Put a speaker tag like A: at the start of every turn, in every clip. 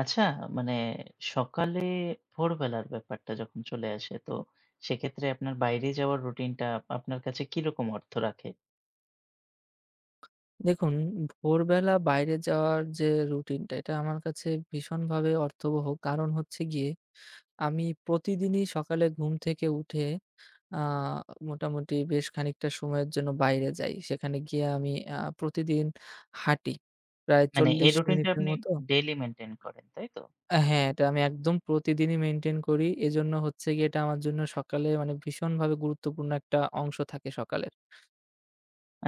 A: আচ্ছা, মানে সকালে ভোরবেলার ব্যাপারটা যখন চলে আসে, তো সেক্ষেত্রে আপনার বাইরে যাওয়ার রুটিনটা আপনার কাছে কিরকম অর্থ রাখে?
B: দেখুন, ভোরবেলা বাইরে যাওয়ার যে রুটিনটা এটা আমার কাছে ভীষণভাবে অর্থবহ। কারণ হচ্ছে গিয়ে আমি প্রতিদিনই সকালে ঘুম থেকে উঠে আ মোটামুটি বেশ খানিকটা সময়ের জন্য বাইরে যাই। সেখানে গিয়ে আমি প্রতিদিন হাঁটি। প্রায় ৪০
A: এই রুটিনটা
B: মিনিটের
A: আপনি
B: মতো।
A: ডেইলি মেইনটেইন করেন, তাই তো?
B: হ্যাঁ, এটা আমি একদম প্রতিদিনই মেইনটেইন করি। এজন্য হচ্ছে গিয়ে এটা আমার জন্য সকালে মানে ভীষণভাবে গুরুত্বপূর্ণ একটা অংশ থাকে সকালের।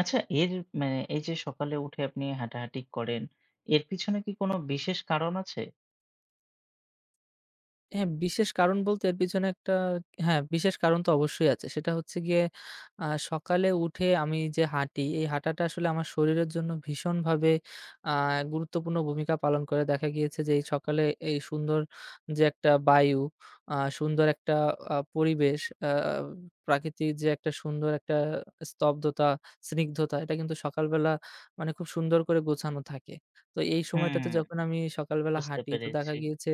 A: আচ্ছা, এর মানে এই যে সকালে উঠে আপনি হাঁটাহাঁটি করেন, এর পিছনে কি কোনো বিশেষ কারণ আছে?
B: হ্যাঁ, বিশেষ কারণ বলতে এর পিছনে একটা— হ্যাঁ, বিশেষ কারণ তো অবশ্যই আছে। সেটা হচ্ছে গিয়ে সকালে উঠে আমি যে হাঁটি, এই হাঁটাটা আসলে আমার শরীরের জন্য ভীষণভাবে আ গুরুত্বপূর্ণ ভূমিকা পালন করে। দেখা গিয়েছে যে এই সকালে এই সুন্দর যে একটা বায়ু, আ সুন্দর একটা পরিবেশ, আ প্রাকৃতিক যে একটা সুন্দর একটা স্তব্ধতা, স্নিগ্ধতা এটা কিন্তু সকালবেলা মানে খুব সুন্দর করে গোছানো থাকে। তো এই সময়টাতে
A: হুম,
B: যখন আমি সকালবেলা
A: বুঝতে
B: হাঁটি তো দেখা
A: পেরেছি।
B: গিয়েছে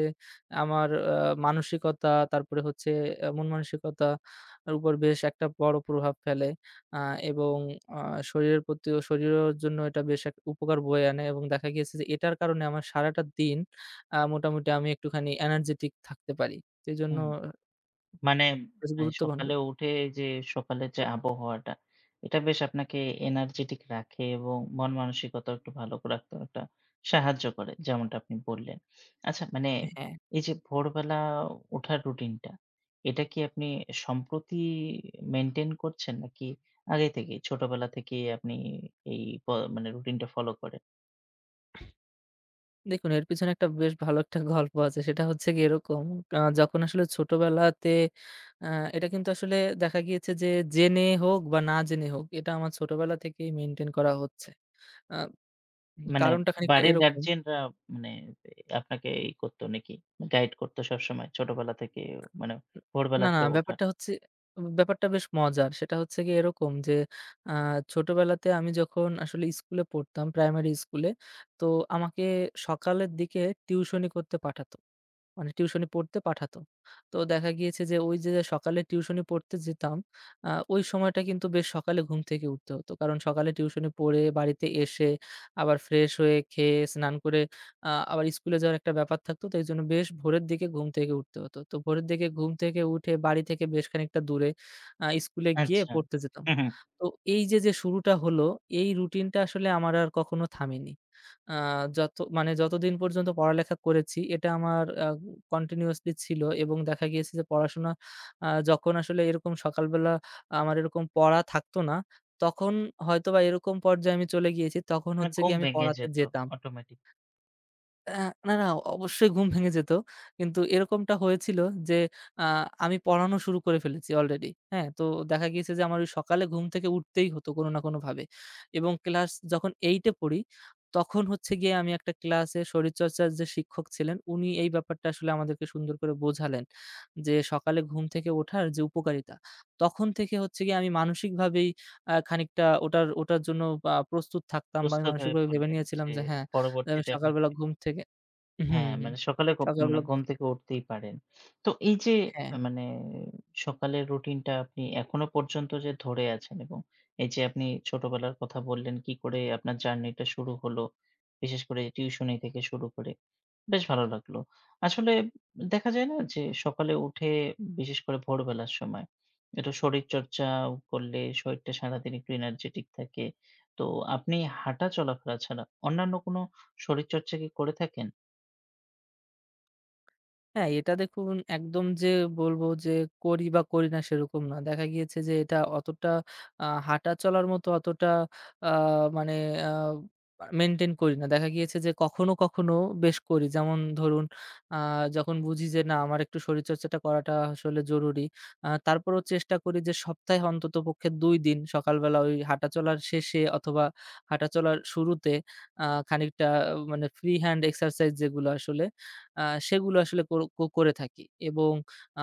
B: আমার মানসিকতা, তারপরে হচ্ছে মন মানসিকতার উপর বেশ একটা বড় প্রভাব ফেলে। আ এবং আ শরীরের প্রতিও শরীরের জন্য এটা বেশ এক উপকার বয়ে আনে এবং দেখা গিয়েছে যে এটার কারণে আমার সারাটা দিন মোটামুটি আমি একটুখানি এনার্জেটিক থাকতে পারি। তো এজন্য
A: হুম। মানে
B: বেশ
A: এ
B: গুরুত্ব বহন
A: সকালে
B: করে।
A: উঠে যে সকালের যে আবহাওয়াটা, এটা বেশ আপনাকে এনার্জেটিক রাখে এবং মন মানসিকতাও একটু ভালো রাখতেও একটা সাহায্য করে, যেমনটা আপনি বললেন। আচ্ছা,
B: হ্যাঁ।
A: এই যে ভোরবেলা ওঠার রুটিনটা, এটা কি আপনি সম্প্রতি মেইনটেইন করছেন? নাকি আগে থেকেই ছোটবেলা থেকেই আপনি এই প মানে রুটিনটা ফলো করেন?
B: দেখুন এর পিছনে একটা বেশ ভালো একটা গল্প আছে। সেটা হচ্ছে গিয়ে এরকম— যখন আসলে ছোটবেলাতে আ এটা কিন্তু আসলে দেখা গিয়েছে যে জেনে হোক বা না জেনে হোক এটা আমার ছোটবেলা থেকেই মেইনটেইন করা হচ্ছে। আ
A: মানে
B: কারণটা খানিকটা
A: বাড়ির
B: এরকম।
A: গার্ডিয়ানরা মানে আপনাকে করত নাকি? গাইড করত সবসময় ছোটবেলা থেকে মানে
B: না,
A: ভোরবেলা
B: না,
A: করে ওঠার?
B: ব্যাপারটা হচ্ছে— ব্যাপারটা বেশ মজার। সেটা হচ্ছে গিয়ে এরকম যে আ ছোটবেলাতে আমি যখন আসলে স্কুলে পড়তাম, প্রাইমারি স্কুলে, তো আমাকে সকালের দিকে টিউশনি করতে পাঠাতো। মানে টিউশনি পড়তে পাঠাতো। তো দেখা গিয়েছে যে ওই যে সকালে টিউশনি পড়তে যেতাম, ওই সময়টা কিন্তু বেশ সকালে ঘুম থেকে উঠতে হতো। কারণ সকালে টিউশনি পড়ে বাড়িতে এসে আবার ফ্রেশ হয়ে খেয়ে স্নান করে আবার স্কুলে যাওয়ার একটা ব্যাপার থাকতো। তো এইজন্য বেশ ভোরের দিকে ঘুম থেকে উঠতে হতো। তো ভোরের দিকে ঘুম থেকে উঠে বাড়ি থেকে বেশ খানিকটা দূরে স্কুলে গিয়ে
A: আচ্ছা।
B: পড়তে যেতাম।
A: হুম, হুম।
B: তো এই যে, যে শুরুটা হলো, এই রুটিনটা আসলে আমার আর কখনো থামেনি। আ যত মানে যতদিন পর্যন্ত পড়ালেখা করেছি এটা আমার কন্টিনিউয়াসলি ছিল, এবং দেখা গিয়েছে যে পড়াশোনা যখন আসলে এরকম সকালবেলা আমার এরকম পড়া থাকতো না, তখন হয়তোবা এরকম পর্যায়ে আমি চলে গিয়েছি। তখন
A: মানে
B: হচ্ছে
A: ঘুম
B: গিয়ে আমি
A: ভেঙে
B: পড়াতে
A: যেত
B: যেতাম।
A: অটোমেটিক।
B: অ্যা না, না, অবশ্যই ঘুম ভেঙে যেত। কিন্তু এরকমটা হয়েছিল যে আ আমি পড়ানো শুরু করে ফেলেছি অলরেডি। হ্যাঁ? তো দেখা গিয়েছে যে আমার ওই সকালে ঘুম থেকে উঠতেই হতো কোনো না কোনোভাবে। এবং ক্লাস যখন ৮ এ পড়ি তখন হচ্ছে গিয়ে আমি একটা ক্লাসে শরীরচর্চার যে শিক্ষক ছিলেন উনি এই ব্যাপারটা আসলে আমাদেরকে সুন্দর করে বোঝালেন। যে সকালে ঘুম থেকে ওঠার যে উপকারিতা। তখন থেকে হচ্ছে গিয়ে আমি মানসিকভাবেই খানিকটা ওটার ওটার জন্য প্রস্তুত থাকতাম, বা আমি
A: প্রস্তুত হয়ে
B: মানসিকভাবে ভেবে
A: পড়লেন
B: নিয়েছিলাম
A: যে
B: যে হ্যাঁ, যে আমি
A: পরবর্তীতে
B: সকালবেলা
A: আপনাকে
B: ঘুম থেকে— হুম,
A: হ্যাঁ,
B: হুম।
A: মানে সকালে ঘু মানে
B: সকালবেলা।
A: ঘুম থেকে উঠতেই পারেন। তো এই যে
B: হ্যাঁ,
A: মানে সকালের রুটিনটা আপনি এখনো পর্যন্ত যে ধরে আছেন এবং এই যে আপনি ছোটবেলার কথা বললেন কি করে আপনার জার্নিটা শুরু হলো, বিশেষ করে টিউশনি থেকে শুরু করে। বেশ ভালো লাগলো। আসলে দেখা যায় না যে সকালে উঠে বিশেষ করে ভোরবেলার সময় একটু শরীরচর্চা করলে শরীরটা সারাদিন একটু এনার্জেটিক থাকে। তো আপনি হাঁটা চলাফেরা ছাড়া অন্যান্য কোনো শরীরচর্চা কি করে থাকেন?
B: হ্যাঁ, এটা দেখুন একদম যে বলব যে করি বা করি না সেরকম না। দেখা গিয়েছে যে এটা অতটা হাঁটা চলার মতো অতটা আ মানে আ মেইনটেইন করি না। দেখা গিয়েছে যে কখনো, কখনো বেশ করি। যেমন ধরুন আ যখন বুঝি যে না আমার একটু শরীরচর্চাটা করাটা আসলে জরুরি। তারপরেও চেষ্টা করি যে সপ্তাহে অন্ততপক্ষে ২ দিন সকালবেলা ওই হাঁটা চলার শেষে অথবা হাঁটা চলার শুরুতে খানিকটা মানে ফ্রি হ্যান্ড এক্সারসাইজ যেগুলো আসলে— আ সেগুলো আসলে কোর কো করে থাকি। এবং আ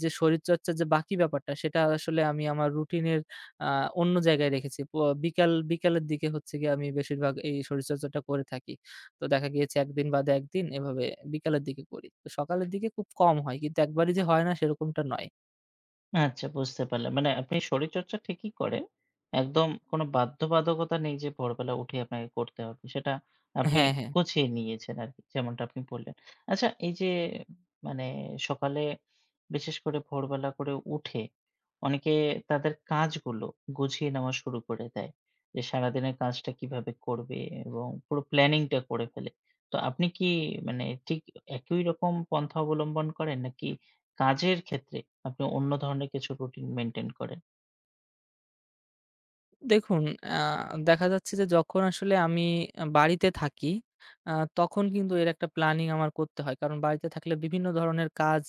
B: যে শরীরচর্চার যে বাকি ব্যাপারটা সেটা আসলে আমি আমার রুটিনের আ অন্য জায়গায় রেখেছি। বিকালের দিকে হচ্ছে গিয়ে আমি বেশিরভাগ এই শরীরচর্চাটা করে থাকি। তো দেখা গিয়েছে ১ দিন বাদে ১ দিন এভাবে বিকালের দিকে করি। তো সকালের দিকে খুব কম হয়। কিন্তু একবারই যে হয় না সেরকমটা নয়।
A: আচ্ছা, বুঝতে পারলাম। মানে আপনি শরীরচর্চা ঠিকই করেন। একদম কোনো বাধ্যবাধকতা নেই যে ভোরবেলা উঠে আপনাকে করতে হবে। সেটা আপনি
B: হ্যাঁ, হ্যাঁ।
A: গুছিয়ে নিয়েছেন আরকি, যেমনটা আপনি বললেন। আচ্ছা, এই যে মানে সকালে বিশেষ করে ভোরবেলা করে উঠে অনেকে তাদের কাজগুলো গুছিয়ে নেওয়া শুরু করে দেয়, যে সারাদিনের কাজটা কিভাবে করবে এবং পুরো প্ল্যানিং টা করে ফেলে। তো আপনি কি ঠিক একই রকম পন্থা অবলম্বন করেন নাকি কাজের ক্ষেত্রে আপনি অন্য ধরনের কিছু রুটিন মেইনটেইন করেন?
B: দেখুন, আ দেখা যাচ্ছে যে যখন আসলে আমি বাড়িতে থাকি, আ তখন কিন্তু এর একটা প্ল্যানিং আমার করতে হয়। কারণ বাড়িতে থাকলে বিভিন্ন ধরনের কাজ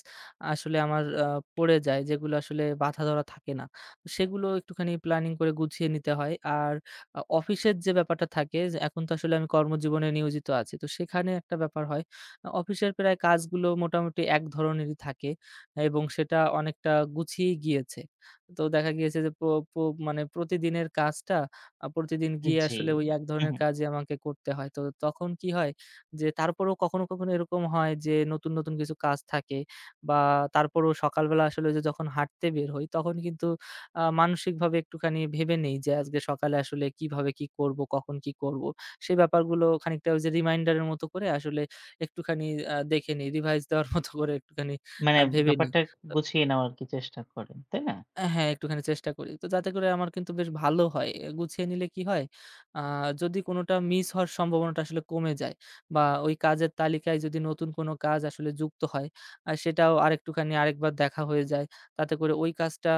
B: আসলে আমার পড়ে যায়, যেগুলো আসলে বাঁধা ধরা থাকে না। তো সেগুলো একটুখানি প্ল্যানিং করে গুছিয়ে নিতে হয়। আর অফিসের যে ব্যাপারটা থাকে যে এখন তো আসলে আমি কর্মজীবনে নিয়োজিত আছি। তো সেখানে একটা ব্যাপার হয়। অফিসের প্রায় কাজগুলো মোটামুটি এক ধরনেরই থাকে এবং সেটা অনেকটা গুছিয়েই গিয়েছে। তো দেখা গিয়েছে যে, প্র প্র মানে প্রতিদিনের কাজটা, প্রতিদিন গিয়ে
A: জি।
B: আসলে ওই এক
A: হু,
B: ধরনের
A: হু।
B: কাজই আমাকে করতে হয়। তো তখন কি হয় যে, তারপরেও কখনো, কখনো এরকম হয় যে, নতুন, নতুন কিছু কাজ থাকে বা তারপরেও সকালবেলা আসলে যে, যখন হাঁটতে বের হই তখন কিন্তু মানসিকভাবে একটুখানি ভেবে নেই যে, আজকে সকালে আসলে কিভাবে কি করব, কখন কি করব? সেই ব্যাপারগুলো খানিকটা ওই যে, রিমাইন্ডারের মতো করে আসলে একটুখানি দেখে নিই, রিভাইজ দেওয়ার মতো করে একটুখানি
A: মানে
B: ভেবে নিই।
A: ব্যাপারটা গুছিয়ে নেওয়ার আরকি চেষ্টা করেন, তাই না?
B: হ্যাঁ, একটুখানি চেষ্টা করি। তো যাতে করে আমার কিন্তু বেশ ভালো হয়। এ গুছিয়ে নিলে কি হয়? আ যদি কোনোটা মিস হওয়ার সম্ভাবনাটা আসলে কমে যায় বা ওই কাজের তালিকায় যদি নতুন কোনো কাজ আসলে যুক্ত হয়, সেটাও আরেকটুখানি আরেকবার দেখা হয়ে যায়। তাতে করে ওই কাজটা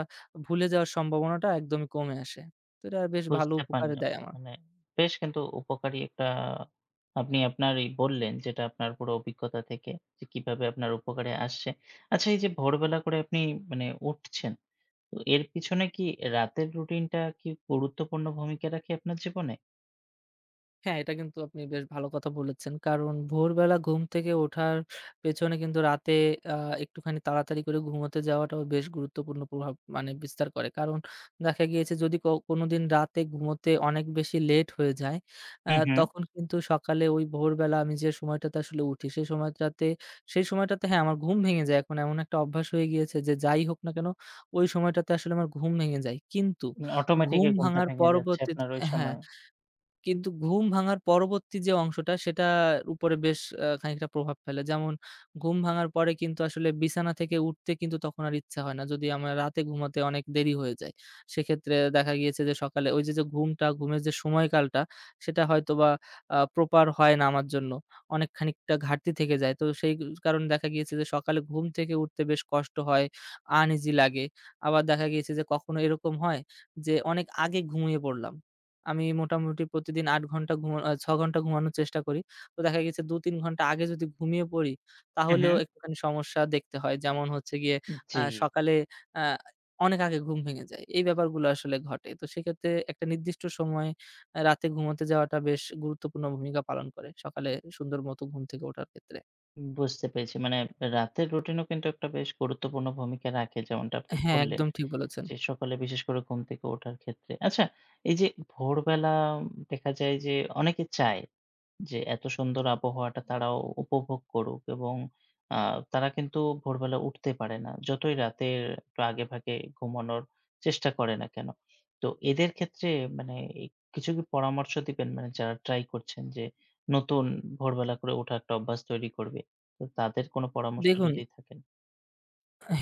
B: ভুলে যাওয়ার সম্ভাবনাটা একদমই কমে আসে। তো এটা বেশ ভালো
A: বুঝতে
B: উপকারে
A: পারলাম।
B: দেয় আমার।
A: মানে বেশ কিন্তু উপকারী একটা আপনি আপনার এই বললেন, যেটা আপনার পুরো অভিজ্ঞতা থেকে যে কিভাবে আপনার উপকারে আসছে। আচ্ছা, এই যে ভোরবেলা করে আপনি উঠছেন, তো এর পিছনে কি রাতের রুটিনটা কি গুরুত্বপূর্ণ ভূমিকা রাখে আপনার জীবনে?
B: হ্যাঁ, এটা কিন্তু আপনি বেশ ভালো কথা বলেছেন। কারণ ভোরবেলা ঘুম থেকে ওঠার পেছনে কিন্তু রাতে আ একটুখানি তাড়াতাড়ি করে ঘুমোতে যাওয়াটাও বেশ গুরুত্বপূর্ণ প্রভাব মানে বিস্তার করে। কারণ দেখা গিয়েছে যদি কোনোদিন রাতে ঘুমোতে অনেক বেশি লেট হয়ে যায়,
A: হু, হু।
B: তখন কিন্তু সকালে ওই ভোরবেলা আমি যে সময়টাতে আসলে উঠি সেই সময়টাতে, হ্যাঁ, আমার ঘুম ভেঙে যায়। এখন এমন একটা অভ্যাস হয়ে গিয়েছে যে যাই হোক না কেন ওই সময়টাতে আসলে আমার ঘুম ভেঙে যায়। কিন্তু
A: মানে অটোমেটিক
B: ঘুম
A: এ ঘুমটা
B: ভাঙার
A: ভেঙে যাচ্ছে
B: পরবর্তীতে,
A: আপনার ওই
B: হ্যাঁ।
A: সময়ে।
B: কিন্তু ঘুম ভাঙার পরবর্তী যে অংশটা সেটার উপরে বেশ খানিকটা প্রভাব ফেলে। যেমন, ঘুম ভাঙার পরে কিন্তু আসলে বিছানা থেকে উঠতে কিন্তু তখন আর ইচ্ছা হয় না। যদি আমরা রাতে ঘুমাতে অনেক দেরি হয়ে যায়। সেক্ষেত্রে দেখা গিয়েছে যে সকালে ওই যে, যে ঘুমটা, ঘুমের যে সময়কালটা সেটা হয়তোবা প্রপার হয় না আমার জন্য। অনেক খানিকটা ঘাটতি থেকে যায়। তো সেই কারণে দেখা গিয়েছে যে সকালে ঘুম থেকে উঠতে বেশ কষ্ট হয়, আনইজি লাগে। আবার দেখা গিয়েছে যে কখনো এরকম হয় যে অনেক আগে ঘুমিয়ে পড়লাম। আমি মোটামুটি প্রতিদিন ৮ ঘন্টা ঘুমা আ ৬ ঘন্টা ঘুমানোর চেষ্টা করি। তো দেখা গেছে ২-৩ ঘন্টা আগে যদি ঘুমিয়ে পড়ি,
A: হু, হু।
B: তাহলেও একটুখানি সমস্যা দেখতে হয়। যেমন হচ্ছে গিয়ে
A: জি।
B: সকালে আ অনেক আগে ঘুম ভেঙে যায়। এই ব্যাপারগুলো আসলে ঘটে। তো সেক্ষেত্রে একটা নির্দিষ্ট সময়ে রাতে ঘুমোতে যাওয়াটা বেশ গুরুত্বপূর্ণ ভূমিকা পালন করে সকালে সুন্দর মতো ঘুম থেকে ওঠার ক্ষেত্রে।
A: বুঝতে পেরেছি। মানে রাতের রুটিনও কিন্তু একটা বেশ গুরুত্বপূর্ণ ভূমিকা রাখে, যেমনটা আপনি
B: হ্যাঁ,
A: বললেন
B: একদম ঠিক বলেছেন।
A: যে সকালে বিশেষ করে ঘুম থেকে ওঠার ক্ষেত্রে। আচ্ছা, এই যে ভোরবেলা দেখা যায় যে অনেকে চায় যে এত সুন্দর আবহাওয়াটা তারাও উপভোগ করুক এবং আ তারা কিন্তু ভোরবেলা উঠতে পারে না, যতই রাতের একটু আগে ভাগে ঘুমানোর চেষ্টা করে না কেন? তো এদের ক্ষেত্রে মানে এই কিছু কি পরামর্শ দিবেন? মানে যারা ট্রাই করছেন যে নতুন ভোরবেলা করে ওঠা একটা অভ্যাস তৈরি করবে, তো তাদের কোনো পরামর্শ
B: দেখুন,
A: যদি থাকেন?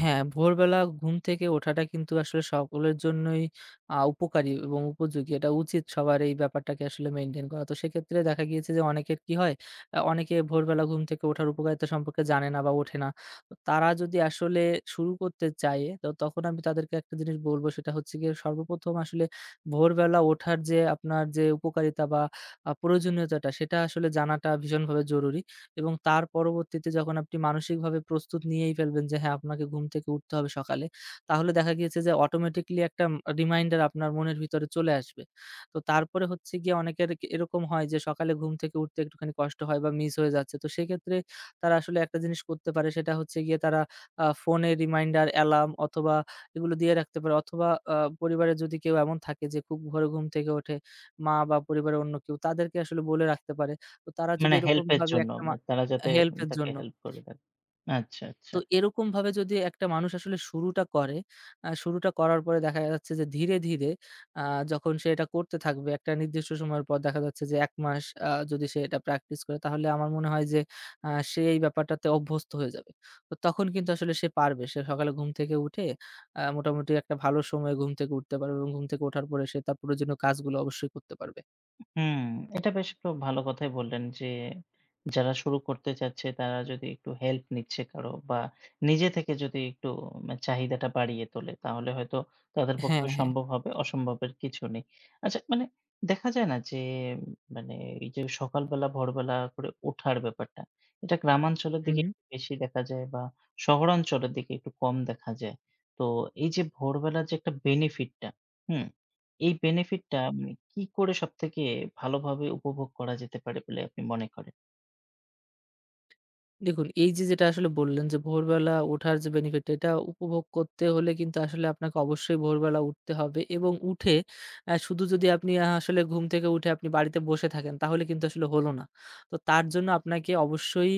B: হ্যাঁ, ভোরবেলা ঘুম থেকে ওঠাটা কিন্তু আসলে সকলের জন্যই উপকারী এবং উপযোগী। এটা উচিত সবার এই ব্যাপারটাকে আসলে মেইনটেইন করা। তো সেক্ষেত্রে দেখা গিয়েছে যে অনেকের কি হয়, অনেকে ভোরবেলা ঘুম থেকে ওঠার উপকারিতা সম্পর্কে জানে না বা ওঠে না। তো তারা যদি আসলে শুরু করতে চায়, তো তখন আমি তাদেরকে একটা জিনিস বলব, সেটা হচ্ছে গিয়ে সর্বপ্রথম আসলে ভোরবেলা ওঠার যে আপনার যে উপকারিতা বা প্রয়োজনীয়তাটা সেটা আসলে জানাটা ভীষণভাবে জরুরি। এবং তার পরবর্তীতে যখন আপনি মানসিকভাবে প্রস্তুত নিয়েই ফেলবেন যে হ্যাঁ, আপনাকে ঘুম থেকে উঠতে হবে সকালে, তাহলে দেখা গিয়েছে যে অটোমেটিক্যালি একটা রিমাইন্ডার আপনার মনের ভিতরে চলে আসবে। তো তারপরে হচ্ছে গিয়ে অনেকের কে এরকম হয় যে সকালে ঘুম থেকে উঠতে একটুখানি কষ্ট হয় বা মিস হয়ে যাচ্ছে। তো সেক্ষেত্রে তারা আসলে একটা জিনিস করতে পারে, সেটা হচ্ছে গিয়ে তারা ফোনে রিমাইন্ডার, অ্যালার্ম অথবা এগুলো দিয়ে রাখতে পারে, অথবা আ পরিবারে যদি কেউ এমন থাকে যে খুব ভোরে ঘুম থেকে ওঠে, মা বা পরিবারের অন্য কেউ, তাদেরকে আসলে বলে রাখতে পারে। তো তারা যদি
A: মানে হেল্প এর
B: এরকমভাবে
A: জন্য,
B: একটা—
A: মানে তারা যাতে
B: হেল্পের
A: তাকে
B: জন্য।
A: হেল্প করে দেন। আচ্ছা, আচ্ছা।
B: তো এরকমভাবে যদি একটা মানুষ আসলে শুরুটা করে, শুরুটা করার পরে দেখা যাচ্ছে যে ধীরে, ধীরে আ যখন সে এটা করতে থাকবে, একটা নির্দিষ্ট সময়ের পর দেখা যাচ্ছে যে ১ মাস যদি সে এটা প্র্যাকটিস করে তাহলে আমার মনে হয় যে সে এই ব্যাপারটাতে অভ্যস্ত হয়ে যাবে। তো তখন কিন্তু আসলে সে পারবে। সে সকালে ঘুম থেকে উঠে মোটামুটি একটা ভালো সময়ে ঘুম থেকে উঠতে পারবে এবং ঘুম থেকে ওঠার পরে সে তার প্রয়োজনীয় কাজগুলো অবশ্যই করতে পারবে।
A: হুম, এটা বেশ একটু ভালো কথাই বললেন যে যারা শুরু করতে চাচ্ছে তারা যদি একটু হেল্প নিচ্ছে কারো বা নিজে থেকে যদি একটু চাহিদাটা বাড়িয়ে তোলে তাহলে হয়তো তাদের
B: হ্যাঁ,
A: পক্ষেও
B: হ্যাঁ।
A: সম্ভব হবে, অসম্ভবের কিছু নেই। আচ্ছা, দেখা যায় না যে মানে এই যে সকালবেলা ভোরবেলা করে ওঠার ব্যাপারটা, এটা গ্রামাঞ্চলের দিকে
B: হুম।
A: একটু বেশি দেখা যায় বা শহরাঞ্চলের দিকে একটু কম দেখা যায়। তো এই যে ভোরবেলার যে একটা বেনিফিটটা, হুম? এই বেনিফিটটা মানে কি করে সবথেকে ভালোভাবে উপভোগ করা যেতে পারে বলে আপনি মনে করেন?
B: দেখুন, এই যে যেটা আসলে বললেন যে ভোরবেলা ওঠার যে বেনিফিট টা, এটা উপভোগ করতে হলে কিন্তু আসলে আপনাকে অবশ্যই ভোরবেলা উঠতে হবে এবং উঠে শুধু যদি আপনি আসলে ঘুম থেকে উঠে আপনি বাড়িতে বসে থাকেন তাহলে কিন্তু আসলে হলো না। তো তার জন্য আপনাকে অবশ্যই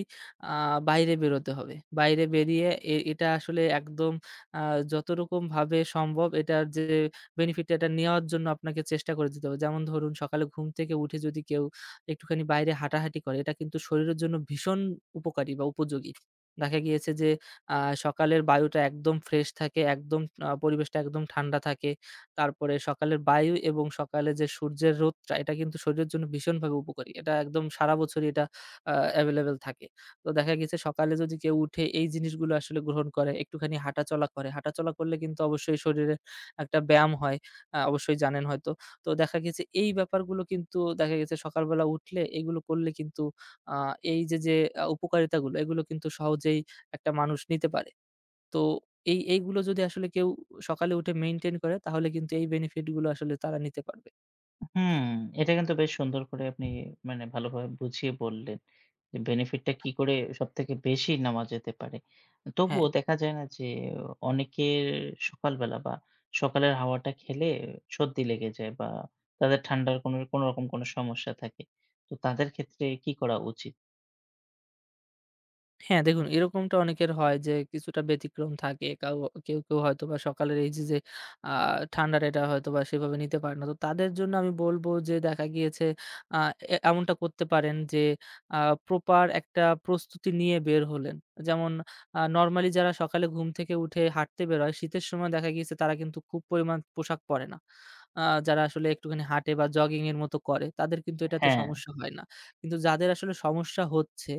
B: আ বাইরে বেরোতে হবে। বাইরে বেরিয়ে এটা আসলে একদম— আ যত রকমভাবে সম্ভব এটার যে বেনিফিট টা, এটা নেওয়ার জন্য আপনাকে চেষ্টা করে যেতে হবে। যেমন ধরুন সকালে ঘুম থেকে উঠে যদি কেউ একটুখানি বাইরে হাঁটাহাঁটি করে, এটা কিন্তু শরীরের জন্য ভীষণ উপকারী বা উপযোগী। দেখা গিয়েছে যে আ সকালের বায়ুটা একদম ফ্রেশ থাকে, একদম পরিবেশটা একদম ঠান্ডা থাকে। তারপরে সকালের বায়ু এবং সকালে যে সূর্যের রোদটা, এটা কিন্তু শরীরের জন্য ভীষণভাবে উপকারী। এটা একদম সারা বছরই এটা আ এভেইলেবল থাকে। তো দেখা গেছে সকালে যদি কেউ উঠে এই জিনিসগুলো আসলে গ্রহণ করে, একটুখানি হাঁটাচলা করে, হাঁটাচলা করলে কিন্তু অবশ্যই শরীরে একটা ব্যায়াম হয়। অবশ্যই জানেন হয়তো। তো দেখা গেছে এই ব্যাপারগুলো কিন্তু দেখা গেছে সকালবেলা উঠলে এগুলো করলে কিন্তু আ এই যে, যে উপকারিতাগুলো, এগুলো কিন্তু সহজেই একটা মানুষ নিতে পারে। তো এইগুলো যদি আসলে কেউ সকালে উঠে মেইনটেইন করে তাহলে কিন্তু এই বেনিফিট গুলো আসলে তারা নিতে পারবে।
A: হুম, এটা কিন্তু বেশ সুন্দর করে আপনি ভালোভাবে বুঝিয়ে বললেন যে বেনিফিটটা কি করে সবথেকে বেশি নেওয়া যেতে পারে।
B: হ্যাঁ।
A: তবুও দেখা যায় না যে অনেকের সকালবেলা বা সকালের হাওয়াটা খেলে সর্দি লেগে যায় বা তাদের ঠান্ডার কোনোরকম কোনো সমস্যা থাকে। তো তাদের ক্ষেত্রে কি করা উচিত?
B: হ্যাঁ, দেখুন এরকমটা অনেকের হয় যে কিছুটা ব্যতিক্রম থাকে। কেউ, কেউ হয়তোবা সকালের এই যে, যে আ ঠান্ডাটা, এটা হয়তোবা সেভাবে নিতে পারে না। তো তাদের জন্য আমি বলব যে দেখা গিয়েছে আ এ এমনটা করতে পারেন যে আ প্রপার একটা প্রস্তুতি নিয়ে বের হলেন। যেমন, নরমালি যারা সকালে ঘুম থেকে উঠে হাঁটতে বের হয় শীতের সময় দেখা গিয়েছে তারা কিন্তু খুব পরিমাণ পোশাক পরে না। আ যারা আসলে একটুখানি হাঁটে বা জগিং এর মতো করে, তাদের কিন্তু এটাতে, হুম,
A: হ্যাঁ,
B: সমস্যা হয় না। কিন্তু যাদের আসলে সমস্যা হচ্ছে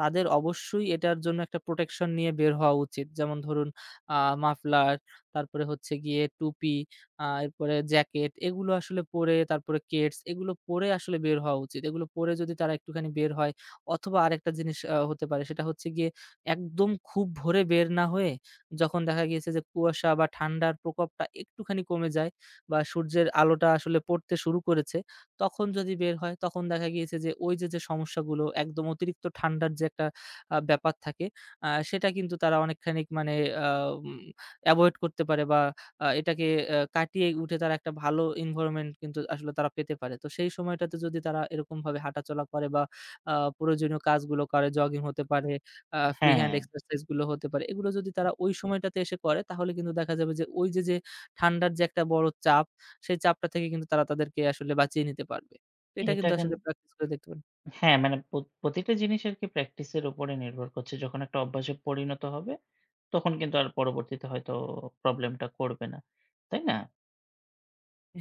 B: তাদের অবশ্যই এটার জন্য একটা প্রোটেকশন নিয়ে বের হওয়া উচিত। যেমন ধরুন আ মাফলার, তারপরে হচ্ছে গিয়ে টুপি, এরপরে জ্যাকেট, এগুলো আসলে পরে তারপরে কেডস, এগুলো পরে আসলে বের হওয়া উচিত। এগুলো পরে যদি তারা একটুখানি বের হয়, অথবা আরেকটা জিনিস হতে পারে সেটা হচ্ছে গিয়ে একদম খুব ভোরে বের না হয়ে যখন দেখা গিয়েছে যে কুয়াশা বা ঠান্ডার প্রকোপটা একটুখানি কমে যায় বা সূর্যের আলোটা আসলে পড়তে শুরু করেছে, তখন যদি বের হয় তখন দেখা গিয়েছে যে ওই যে, যে সমস্যাগুলো একদম অতিরিক্ত ঠান্ডার যে একটা ব্যাপার থাকে, সেটা কিন্তু তারা অনেকখানি মানে আ উম এভয়েড করতে পারে বা এটাকে কাটিয়ে উঠে তারা একটা ভালো environment কিন্তু আসলে তারা পেতে পারে। তো সেই সময়টাতে যদি তারা এরকমভাবে হাঁটাচলা করে বা আ প্রয়োজনীয় কাজগুলো করে, জগিং হতে পারে, ফ্রি হ্যান্ড
A: হ্যাঁ,
B: এক্সারসাইজ গুলো হতে পারে। এগুলো যদি তারা ওই সময়টাতে এসে করে তাহলে কিন্তু দেখা যাবে যে ওই যে, যে ঠান্ডার যে একটা বড় চাপ, সেই চাপটা থেকে কিন্তু তারা তাদেরকে আসলে বাঁচিয়ে নিতে পারবে। তো এটা
A: এটা
B: কিন্তু
A: কিন
B: আসলে প্র্যাকটিস করে দেখতে পারেন।
A: হ্যাঁ, মানে প্রতিটা জিনিস আরকি প্র্যাকটিসের উপরে নির্ভর করছে। যখন একটা অভ্যাসে পরিণত হবে, তখন কিন্তু আর পরবর্তীতে হয়তো প্রবলেমটা করবে না। তাই না?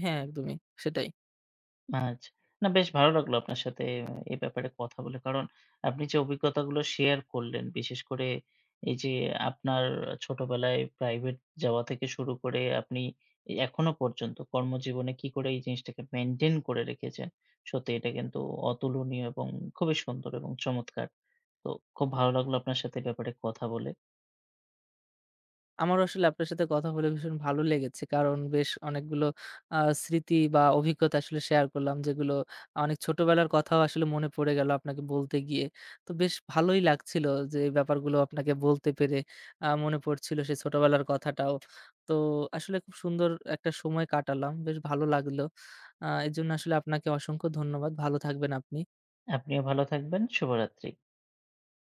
B: হ্যাঁ, একদমই সেটাই।
A: আচ্ছা। না, বেশ ভালো লাগলো আপনার সাথে এই ব্যাপারে কথা বলে। কারণ আপনি যে অভিজ্ঞতাগুলো শেয়ার করলেন, বিশেষ করে এই যে আপনার ছোটবেলায় প্রাইভেট যাওয়া থেকে শুরু করে আপনি এখনো পর্যন্ত কর্মজীবনে কি করে এই জিনিসটাকে মেইনটেইন করে রেখেছেন, সত্যি এটা কিন্তু অতুলনীয় এবং খুবই সুন্দর এবং চমৎকার। তো খুব ভালো লাগলো আপনার সাথে এ ব্যাপারে কথা বলে।
B: আমারও আসলে আপনার সাথে কথা বলে ভীষণ ভালো লেগেছে। কারণ বেশ অনেকগুলো আ স্মৃতি বা অভিজ্ঞতা আসলে শেয়ার করলাম, যেগুলো, অনেক ছোটবেলার কথাও আসলে মনে পড়ে গেল আপনাকে বলতে গিয়ে। তো বেশ ভালোই লাগছিল যে এই ব্যাপারগুলো আপনাকে বলতে পেরে মনে পড়ছিল সেই ছোটবেলার কথাটাও। তো আসলে খুব সুন্দর একটা সময় কাটালাম। বেশ ভালো লাগলো। এর জন্য আসলে আপনাকে অসংখ্য ধন্যবাদ। ভালো থাকবেন আপনি।
A: আপনিও ভালো থাকবেন। শুভরাত্রি।